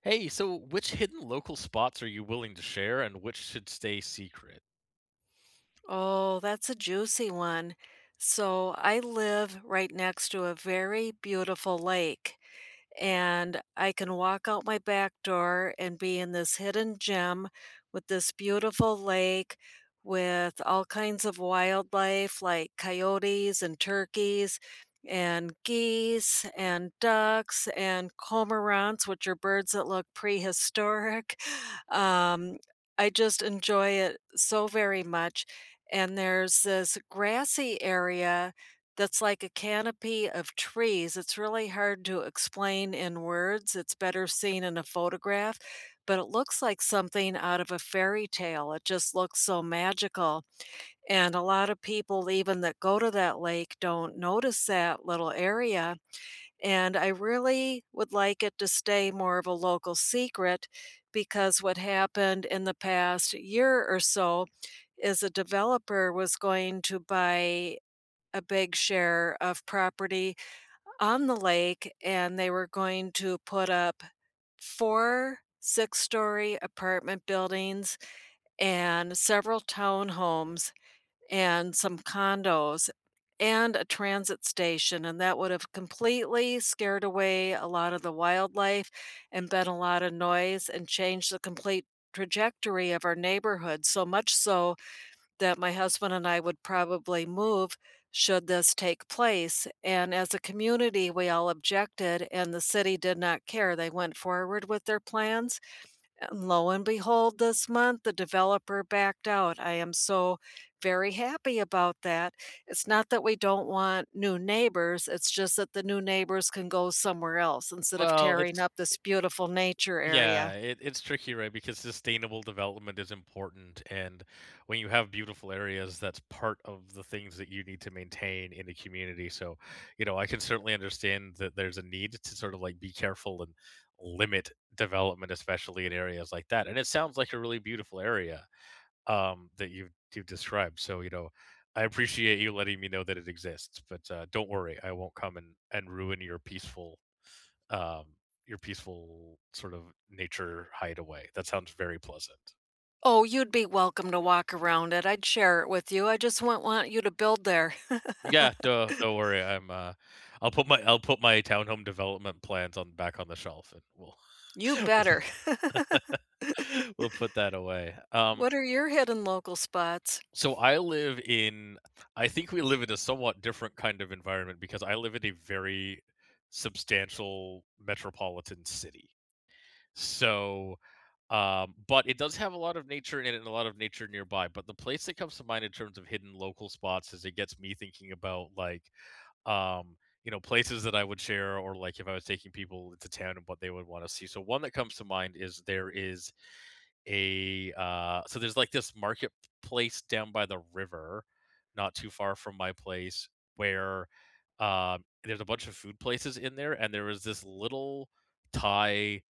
Hey, so which hidden local spots are you willing to share and which should stay secret? Oh, that's a juicy one. So I live right next to a very beautiful lake, and I can walk out my back door and be in this hidden gem with this beautiful lake with all kinds of wildlife like coyotes and turkeys and geese and ducks and cormorants, which are birds that look prehistoric. Um, I just enjoy it so very much. And there's this grassy area that's like a canopy of trees. It's really hard to explain in words. It's better seen in a photograph, but it looks like something out of a fairy tale. It just looks so magical. And a lot of people, even that go to that lake, don't notice that little area. And I really would like it to stay more of a local secret, because what happened in the past year or so is a developer was going to buy a big share of property on the lake, and they were going to put up four six-story apartment buildings and several townhomes and some condos and a transit station, and that would have completely scared away a lot of the wildlife and been a lot of noise and changed the complete trajectory of our neighborhood so much so that my husband and I would probably move should this take place. And as a community, we all objected, and the city did not care. They went forward with their plans. And lo and behold, this month, the developer backed out. I am so very happy about that. It's not that we don't want new neighbors, it's just that the new neighbors can go somewhere else instead of Well, tearing it's up this beautiful nature yeah, area. it, it's tricky, right? Because sustainable development is important, and when you have beautiful areas, that's part of the things that you need to maintain in a community. So, you know, I can certainly understand that there's a need to sort of like be careful and limit development, especially in areas like that. And it sounds like a really beautiful area that you've described. So, you know, I appreciate you letting me know that it exists, but don't worry, I won't come and ruin um, your peaceful sort of nature hideaway. That sounds very pleasant. Oh, you'd be welcome to walk around it. I'd share it with you, I just wouldn't want you to build there. Yeah, don't worry. I'll put my townhome development plans on back on the shelf, and we'll You better. we'll put that away. What are your hidden local spots? So I live in I think we live in a somewhat different kind of environment because I live in a very substantial metropolitan city. So, but it does have a lot of nature in it and a lot of nature nearby. But the place that comes to mind in terms of hidden local spots is it gets me thinking about um, you know, places that I would share or like if I was taking people into town and what they would want to see. So one that comes to mind is there is a so there's like this marketplace down by the river not too far from my place where there's a bunch of food places in there and there was this little thai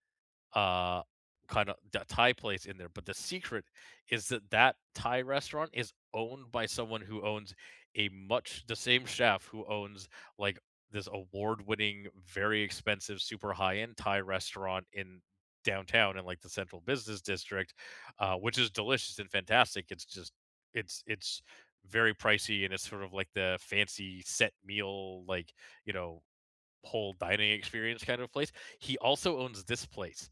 uh, kind of the Thai place in there. But the secret is that that Thai restaurant is owned by someone who owns a much the same chef who owns like this award-winning, very expensive, super high-end Thai restaurant in downtown in like the central business district, which is delicious and fantastic. It's just it's very pricey and it's sort of like the fancy set meal, like you know, whole dining experience kind of place. He also owns this place,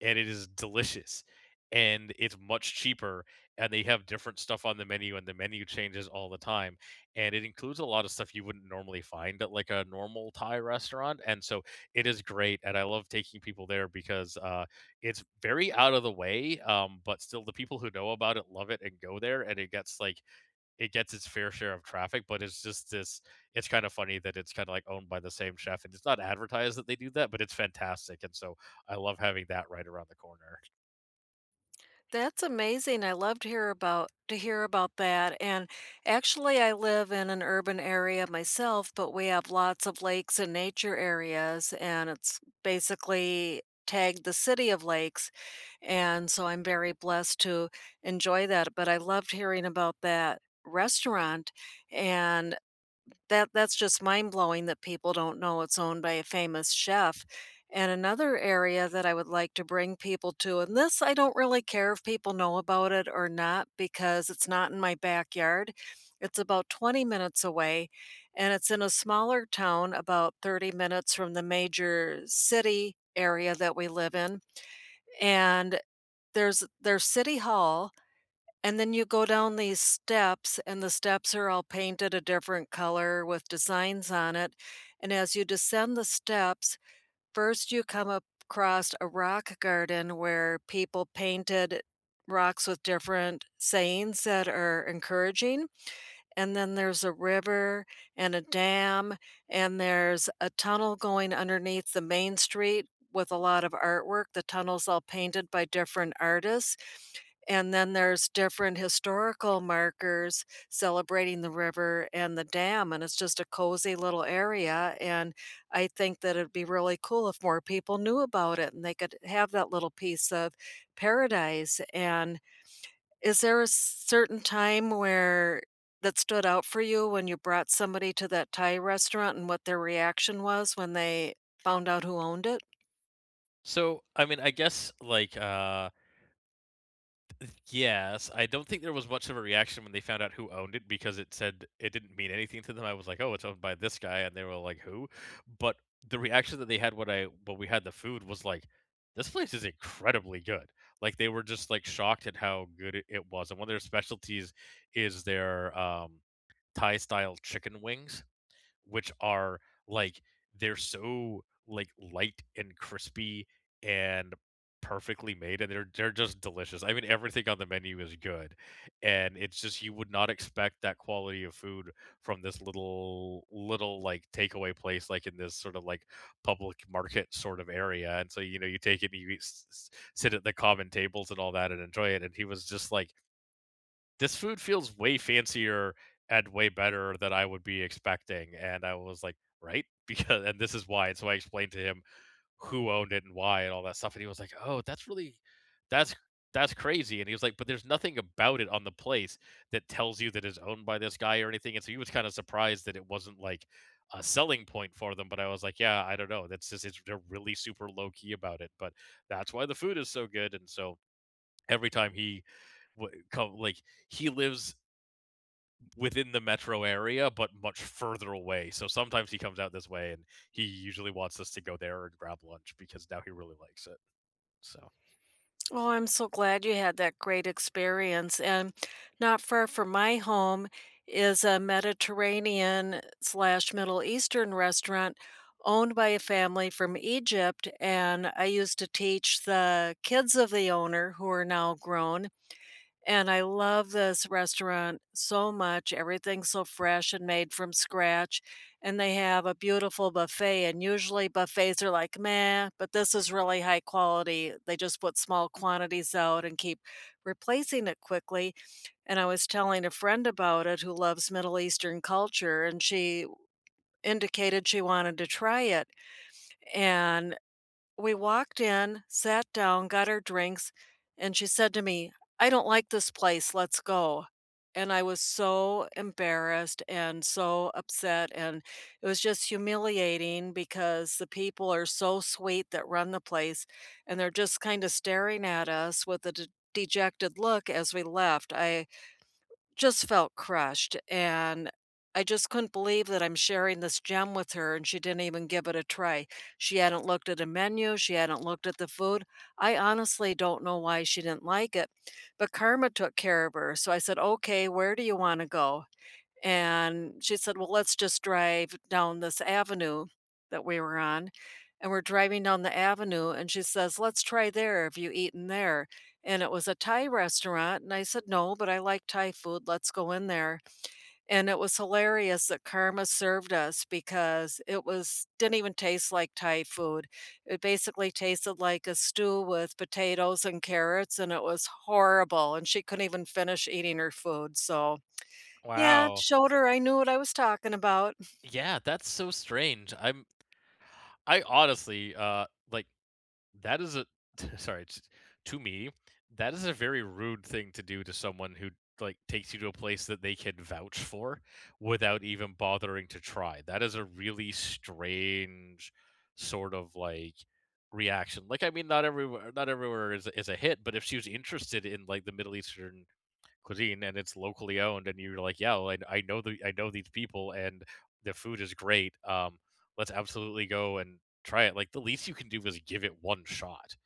and it is delicious, and it's much cheaper. And they have different stuff on the menu, and the menu changes all the time. And it includes a lot of stuff you wouldn't normally find at like a normal Thai restaurant. And so it is great, and I love taking people there because it's very out of the way, but still the people who know about it love it and go there, and it gets like it gets its fair share of traffic, but it's just this, it's kind of funny that it's kind of like owned by the same chef and it's not advertised that they do that, but it's fantastic. And so I love having that right around the corner. That's amazing, I love to hear about that. And actually, I live in an urban area myself, but we have lots of lakes and nature areas, and it's basically tagged the City of Lakes, and so I'm very blessed to enjoy that. But I loved hearing about that restaurant, and That's just mind blowing that people don't know it's owned by a famous chef. And another area that I would like to bring people to, and this I don't really care if people know about it or not because it's not in my backyard. It's about 20 minutes away, and it's in a smaller town about 30 minutes from the major city area that we live in. And there's their city hall, and then you go down these steps, and the steps are all painted a different color with designs on it, and as you descend the steps, first you come up across a rock garden where people painted rocks with different sayings that are encouraging, and then there's a river and a dam, and there's a tunnel going underneath the main street with a lot of artwork. The tunnel's all painted by different artists. And then there's different historical markers celebrating the river and the dam, and it's just a cozy little area. And I think that it'd be really cool if more people knew about it and they could have that little piece of paradise. And is there a certain time where that stood out for you when you brought somebody to that Thai restaurant, and what their reaction was when they found out who owned it? So, I mean, I guess, yes, I don't think there was much of a reaction when they found out who owned it because it said it didn't mean anything to them. I was like, "Oh, it's owned by this guy," and they were like, "Who?" But the reaction that they had when I when we had the food was like, "This place is incredibly good." Like they were just like shocked at how good it was. And one of their specialties is their Thai style chicken wings which are like they're so like light and crispy and perfectly made and they're just delicious. I mean everything on the menu is good. And it's just you would not expect that quality of food from this little like takeaway place like in this sort of like public market sort of area. And so you know you take it and you eat, sit at the common tables and all that and enjoy it and he was just like this food feels way fancier and way better than I would be expecting. And I was like, right? Because and this is why. And so I explained to him who owned it and why and all that stuff. And he was like, "Oh, that's really that's that's crazy." And he was like, "But there's nothing about it on the place that tells you that it's owned by this guy or anything." And so he was kind of surprised that it wasn't like a selling point for them. But I was like, "Yeah, I don't know. That's just it's they're really super low key about it. But that's why the food is so good." And so every time he come like he lives within the metro area but much further away so sometimes he comes out this way and he usually wants us to go there and grab lunch because now he really likes it so. Oh, I'm so glad you had that great experience. And not far from my home is a Mediterranean slash Middle Eastern restaurant owned by a family from Egypt. And I used to teach the kids of the owner, who are now grown, and I love this restaurant so much. Everything's so fresh and made from scratch, and they have a beautiful buffet, and usually buffets are like, "Meh," but this is really high quality. They just put small quantities out and keep replacing it quickly. And I was telling a friend about it who loves Middle Eastern culture, and she indicated she wanted to try it, and we walked in, sat down, got our drinks, and she said to me, "I don't like this place. Let's go." And I was so embarrassed and so upset, and it was just humiliating because the people are so sweet that run the place, and they're just kind of staring at us with a dejected look as we left. I just felt crushed, and I just couldn't believe that I'm sharing this gem with her, and she didn't even give it a try. She hadn't looked at a menu, she hadn't looked at the food. I honestly don't know why she didn't like it, but karma took care of her, so I said, "Okay, where do you wanna go?" And she said, "Well, let's just drive down this avenue that we were on." And we're driving down the avenue, and she says, "Let's try there. Have you eaten there?" And it was a Thai restaurant, and I said, "No, but I like Thai food. Let's go in there." And it was hilarious that karma served us because it was didn't even taste like Thai food. It basically tasted like a stew with potatoes and carrots, and it was horrible, and she couldn't even finish eating her food, so yeah, Wow. showed her I knew what I was talking about. Yeah, that's so strange. I'm i honestly uh like that is a sorry, it's to me, that is a very rude thing to do to someone who like takes you to a place that they can vouch for without even bothering to try. That is a really strange sort of like reaction. Like I mean not everywhere is is a hit, but if she was interested in like the Middle Eastern cuisine and it's locally owned and you're like, "Yeah, well, I know the I know these people and the food is great. Let's absolutely go and try it." Like the least you can do is give it one shot.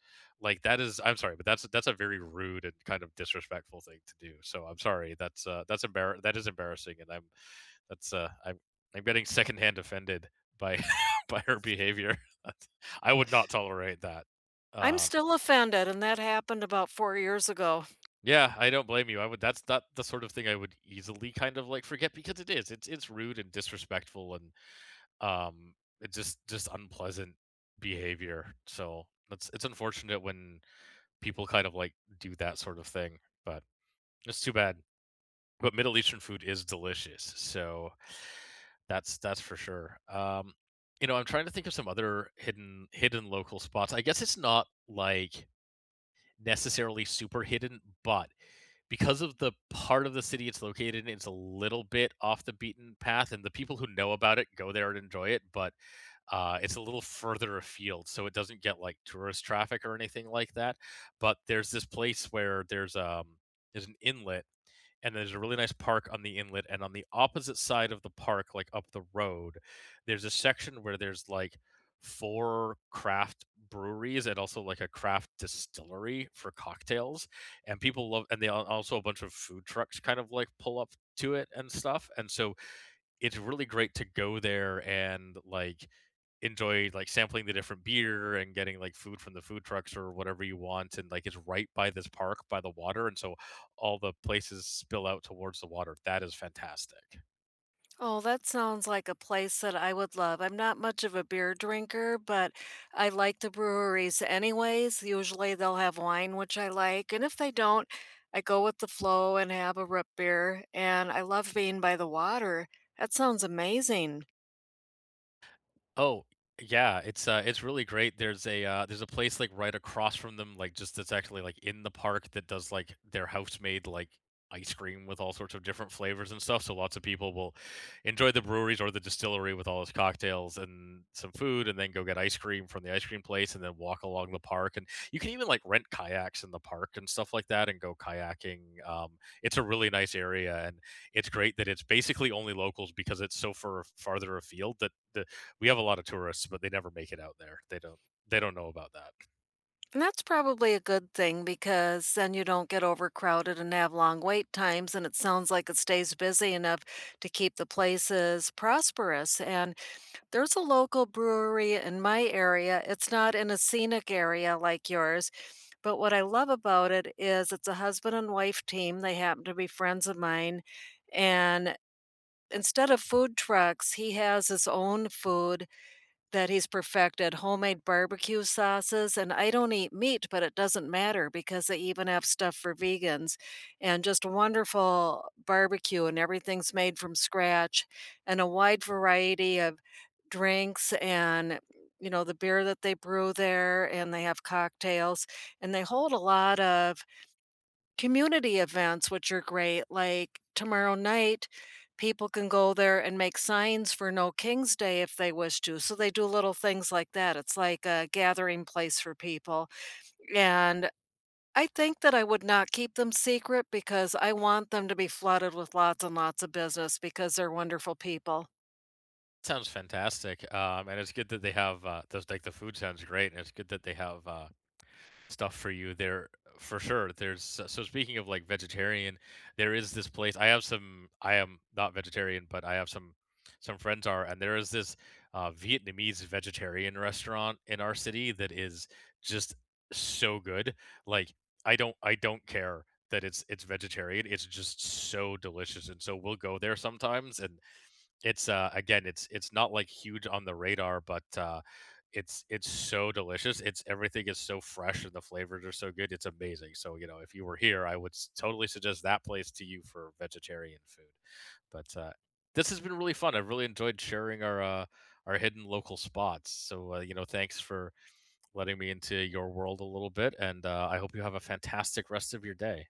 Like that is I'm sorry, but that's a very rude and kind of disrespectful thing to do. So I'm sorry. That is embarrassing and I'm that's I'm getting secondhand offended by by her behavior. I would not tolerate that. I'm Um still offended, and that happened about 4 years ago. Yeah, I don't blame you. I would that's not the sort of thing I would easily kind of like forget because it is. It's rude and disrespectful and um it's just unpleasant behavior. So that's it's unfortunate when people kind of like do that sort of thing, but it's too bad. But Middle Eastern food is delicious. So that's for sure. You know, I'm trying to think of some other hidden local spots. I guess it's not like necessarily super hidden, but because of the part of the city it's located in, it's a little bit off the beaten path, and the people who know about it go there and enjoy it. But it's a little further afield, so it doesn't get like tourist traffic or anything like that. But there's this place where there's an inlet and there's a really nice park on the inlet and on the opposite side of the park like up the road there's a section where there's like four craft breweries and also like a craft distillery for cocktails and people love and they also a bunch of food trucks kind of like pull up to it and stuff and so it's really great to go there and like enjoy like sampling the different beer and getting like food from the food trucks or whatever you want and like it's right by this park by the water and so all the places spill out towards the water. That is fantastic. Oh, that sounds like a place that I would love. I'm not much of a beer drinker, but I like the breweries anyways. Usually they'll have wine, which I like, and if they don't, I go with the flow and have a root beer, and I love being by the water. That sounds amazing. Oh, yeah, it's really great. There's a place, like, right across from them, like, just that's actually, like, in the park that does, like, their house-made, like, ice cream with all sorts of different flavors and stuff, so lots of people will enjoy the breweries or the distillery with all its cocktails and some food, and then go get ice cream from the ice cream place, and then walk along the park, and you can even, like, rent kayaks in the park and stuff like that and go kayaking. Um, it's a really nice area, and it's great that it's basically only locals because it's so farther afield that the we have a lot of tourists, but they never make it out there. They don't know about that. And that's probably a good thing, because then you don't get overcrowded and have long wait times. And it sounds like it stays busy enough to keep the places prosperous. And there's a local brewery in my area. It's not in a scenic area like yours, but what I love about it is it's a husband and wife team. They happen to be friends of mine. And instead of food trucks, he has his own food that he's perfected, homemade barbecue sauces, and I don't eat meat, but it doesn't matter because they even have stuff for vegans, and just wonderful barbecue and everything's made from scratch, and a wide variety of drinks and, you know, the beer that they brew there, and they have cocktails. And they hold a lot of community events, which are great. Like, tomorrow night, people can go there and make signs for No King's Day if they wish to. So they do little things like that. It's like a gathering place for people. And I think that I would not keep them secret, because I want them to be flooded with lots and lots of business, because they're wonderful people. Sounds fantastic, and it's good that they have, those like, the food sounds great, and it's good that they have, stuff for you there for sure. There's so speaking of, like, vegetarian, there is this place I have some I am not vegetarian, but I have some friends are, and there is this, Vietnamese vegetarian restaurant in our city that is just so good. Like, I don't care that it's vegetarian, it's just so delicious, and so we'll go there sometimes, and it's, again, it's not, like, huge on the radar, but, it's so delicious. It's everything is so fresh and the flavors are so good, it's amazing. So, you know, if you were here, I would s totally suggest that place to you for vegetarian food. But, this has been really fun. I've really enjoyed sharing our hidden local spots. So, you know, thanks for letting me into your world a little bit, and, I hope you have a fantastic rest of your day.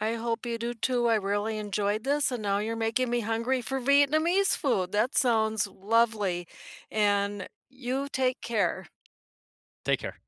I hope you do too. I really enjoyed this, and now you're making me hungry for Vietnamese food. That sounds lovely. And you take care. Take care.